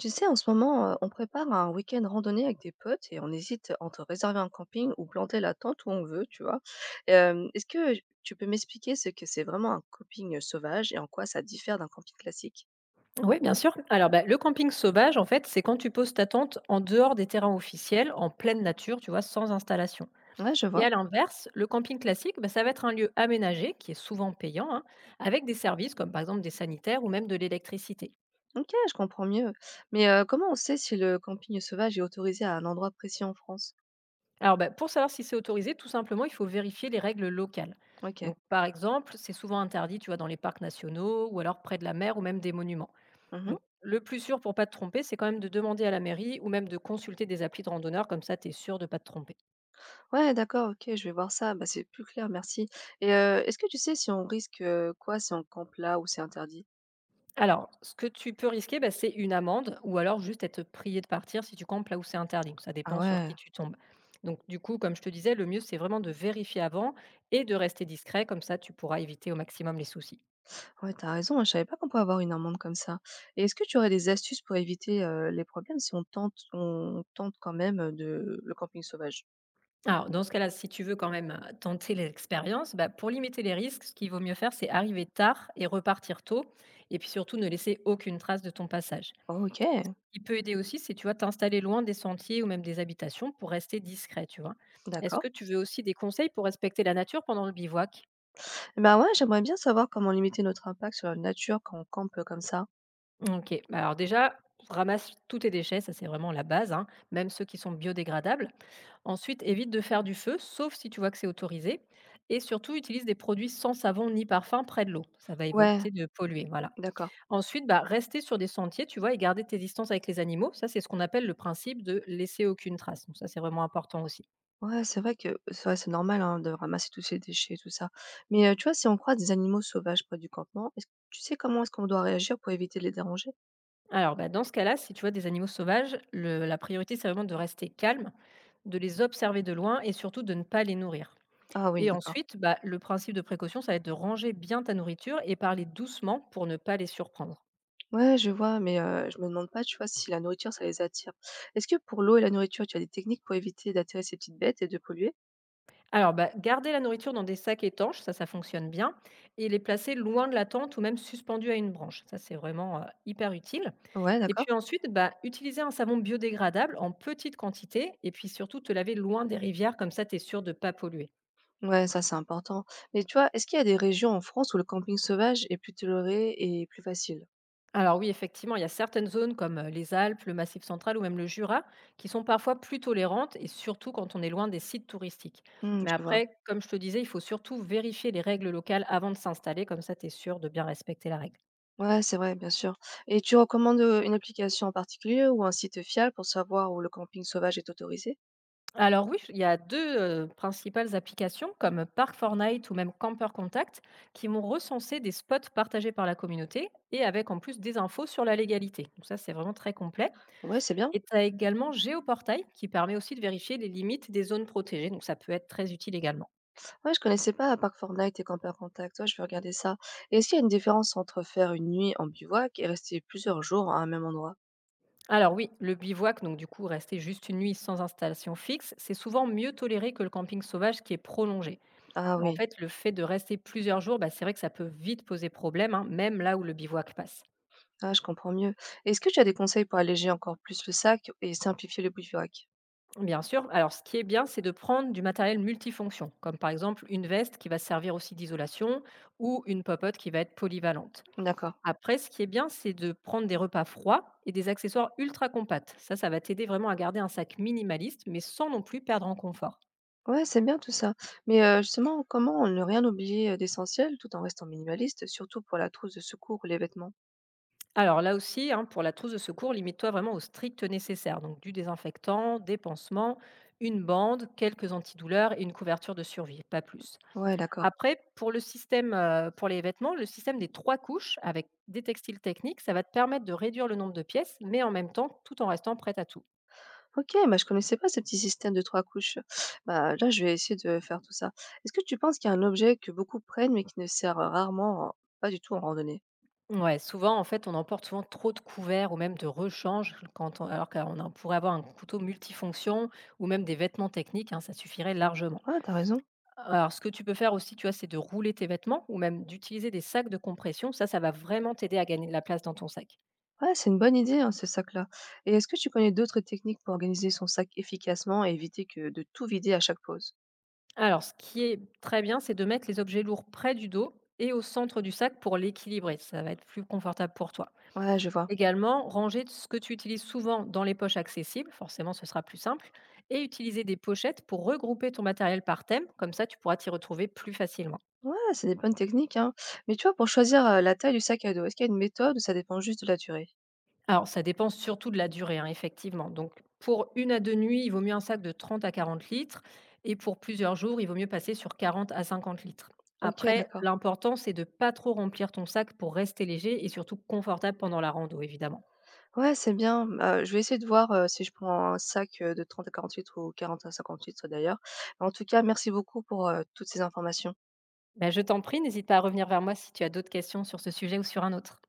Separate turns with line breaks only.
Tu sais, en ce moment, on prépare un week-end randonnée avec des potes et on hésite entre réserver un camping ou planter la tente où on veut, tu vois. Est-ce que tu peux m'expliquer ce que c'est vraiment un camping sauvage et en quoi ça diffère d'un camping classique?
Oui, bien sûr. Alors, le camping sauvage, en fait, c'est quand tu poses ta tente en dehors des terrains officiels, en pleine nature, tu vois, sans installation.
Ouais, je
Et
vois.
à l'inverse, le camping classique, ça va être un lieu aménagé, qui est souvent payant, hein, avec des services comme par exemple des sanitaires ou même de l'électricité.
Ok, je comprends mieux. Mais comment on sait si le camping sauvage est autorisé à un endroit précis en France?
Alors, pour savoir si c'est autorisé, tout simplement, il faut vérifier les règles locales.
Ok.
Donc, par exemple, c'est souvent interdit, tu vois, dans les parcs nationaux ou alors près de la mer ou même des monuments.
Mhm.
Donc, le plus sûr pour pas te tromper, c'est quand même de demander à la mairie ou même de consulter des applis de randonneurs, comme ça, tu es sûr de pas te tromper.
Ouais, d'accord, ok, je vais voir ça. Bah, c'est plus clair, merci. Et est-ce que tu sais si on risque quoi si on campe là ou c'est interdit?
Alors, ce que tu peux risquer, c'est une amende ou alors juste être prié de partir si tu campes là où c'est interdit. Donc, ça
Ah
dépend sur
ouais.
qui tu tombes. Donc, du coup, comme je te disais, le mieux, c'est vraiment de vérifier avant et de rester discret. Comme ça, tu pourras éviter au maximum les soucis.
Ouais, t'as raison, hein, je savais pas qu'on pouvait avoir une amende comme ça. Et est-ce que tu aurais des astuces pour éviter, les problèmes si on tente quand même, de le camping sauvage?
Alors, dans ce cas-là, si tu veux quand même tenter l'expérience, pour limiter les risques, ce qu'il vaut mieux faire, c'est arriver tard et repartir tôt. Et puis surtout, ne laisser aucune trace de ton passage.
Oh, OK,
Qui peut aider aussi, c'est, tu vois, t'installer loin des sentiers ou même des habitations pour rester discret, tu vois? Est-ce
d'accord.
que tu veux aussi des conseils pour respecter la nature pendant le bivouac?
Bah, ouais, j'aimerais bien savoir comment limiter notre impact sur la nature quand on campe, comme ça.
OK. Bah, alors déjà, ramasse tous tes déchets, ça c'est vraiment la base, hein, même ceux qui sont biodégradables. Ensuite, évite de faire du feu, sauf si tu vois que c'est autorisé. Et surtout, utilise des produits sans savon ni parfum près de l'eau. Ça va
Ouais,
éviter de polluer, voilà.
d'accord.
Ensuite, rester sur des sentiers, tu vois, et garder tes distances avec les animaux. Ça, c'est ce qu'on appelle le principe de laisser aucune trace. Donc ça, c'est vraiment important aussi.
Ouais, c'est vrai que c'est vrai, c'est normal, hein, de ramasser tous ces déchets et tout ça. Mais, tu vois, si on croise des animaux sauvages près du campement, est-ce que tu sais comment est-ce qu'on doit réagir pour éviter de les déranger?
Alors, dans ce cas-là, si tu vois des animaux sauvages, la priorité, c'est vraiment de rester calme, de les observer de loin et surtout de ne pas les nourrir.
Ah oui,
Et
d'accord.
ensuite, le principe de précaution, ça va être de ranger bien ta nourriture et parler doucement pour ne pas les surprendre.
Ouais, je vois, mais je me demande pas, tu vois, si la nourriture, ça les attire. Est-ce que pour l'eau et la nourriture, tu as des techniques pour éviter d'attirer ces petites bêtes et de polluer?
Alors, garder la nourriture dans des sacs étanches, ça fonctionne bien. Et les placer loin de la tente ou même suspendu à une branche. Ça, c'est vraiment hyper utile.
Ouais,
Et
d'accord.
puis ensuite, utiliser un savon biodégradable en petite quantité. Et puis surtout, te laver loin des rivières, comme ça, tu es sûr de ne pas polluer.
Ouais, ça, c'est important. Mais tu vois, est-ce qu'il y a des régions en France où le camping sauvage est plus toléré et plus facile?
Alors oui, effectivement, il y a certaines zones comme les Alpes, le Massif central ou même le Jura qui sont parfois plus tolérantes et surtout quand on est loin des sites touristiques.
Mmh,
Mais
je vois.
après, comme je te disais, il faut surtout vérifier les règles locales avant de s'installer, comme ça tu es sûr de bien respecter la règle.
Ouais, c'est vrai, bien sûr. Et tu recommandes, une application en particulier ou un site fiable pour savoir où le camping sauvage est autorisé?
Alors oui, il y a deux principales applications comme Park 4 night ou même Camper Contact qui vont recenser des spots partagés par la communauté et avec en plus des infos sur la légalité. Donc ça, c'est vraiment très complet.
Ouais, c'est bien.
Et tu as également Géoportail qui permet aussi de vérifier les limites des zones protégées, donc ça peut être très utile également.
Ouais, je connaissais pas à part Fortnite et Camper Contact. Ouais, je vais regarder ça. Et est-ce qu'il y a une différence entre faire une nuit en bivouac et rester plusieurs jours à un même endroit?
Alors oui, le bivouac, donc du coup rester juste une nuit sans installation fixe, c'est souvent mieux toléré que le camping sauvage qui est prolongé.
Ah
En
oui,
fait, le fait de rester plusieurs jours, c'est vrai que ça peut vite poser problème, hein, même là où le bivouac passe.
ah, je comprends mieux. Est-ce que tu as des conseils pour alléger encore plus le sac et simplifier le bivouac?
Bien sûr, alors ce qui est bien, c'est de prendre du matériel multifonction, comme par exemple une veste qui va servir aussi d'isolation ou une popote qui va être polyvalente.
D'accord.
Après, ce qui est bien, c'est de prendre des repas froids et des accessoires ultra compacts. Ça va t'aider vraiment à garder un sac minimaliste, mais sans non plus perdre en confort.
Ouais, c'est bien tout ça. Mais justement, comment ne rien oublier d'essentiel tout en restant minimaliste, surtout pour la trousse de secours ou les vêtements?
Alors là aussi, hein, pour la trousse de secours, limite-toi vraiment au strict nécessaire. Donc du désinfectant, des pansements, une bande, quelques antidouleurs et une couverture de survie, pas plus.
Ouais, d'accord.
Après, pour les vêtements, le système des trois couches avec des textiles techniques, ça va te permettre de réduire le nombre de pièces, mais en même temps, tout en restant prête à tout.
OK, bah, je connaissais pas ce petit système de 3 couches. Bah, là, je vais essayer de faire tout ça. Est-ce que tu penses qu'il y a un objet que beaucoup prennent mais qui ne sert rarement, pas du tout en randonnée?
Ouais, souvent, en fait, on emporte souvent trop de couverts ou même de rechange, alors qu'on en pourrait avoir un couteau multifonction ou même des vêtements techniques, hein, ça suffirait largement.
Ouais, t'as raison.
Alors, ce que tu peux faire aussi, tu vois, c'est de rouler tes vêtements ou même d'utiliser des sacs de compression. Ça va vraiment t'aider à gagner de la place dans ton sac.
Ouais, c'est une bonne idée, hein, ce sac-là. Et est-ce que tu connais d'autres techniques pour organiser son sac efficacement et éviter que de tout vider à chaque pause?
Alors, ce qui est très bien, c'est de mettre les objets lourds près du dos et au centre du sac pour l'équilibrer. Ça va être plus confortable pour toi.
Ouais, je vois.
Également, ranger ce que tu utilises souvent dans les poches accessibles, forcément ce sera plus simple, et utiliser des pochettes pour regrouper ton matériel par thème, comme ça tu pourras t'y retrouver plus facilement.
Ouais, c'est des bonnes techniques, hein. Mais tu vois, pour choisir la taille du sac à dos, est-ce qu'il y a une méthode ou ça dépend juste de la durée?
Alors ça dépend surtout de la durée, hein, effectivement. Donc pour une à deux nuits, il vaut mieux un sac de 30 à 40 litres, et pour plusieurs jours, il vaut mieux passer sur 40 à 50 litres.
Ok,
Après,
d'accord.
l'important, c'est de ne pas trop remplir ton sac pour rester léger et surtout confortable pendant la rando, évidemment.
Ouais, c'est bien. Je vais essayer de voir, si je prends un sac, de 30 à 48 ou 40 à 58 d'ailleurs. En tout cas, merci beaucoup pour, toutes ces informations.
Ben, je t'en prie, n'hésite pas à revenir vers moi si tu as d'autres questions sur ce sujet ou sur un autre.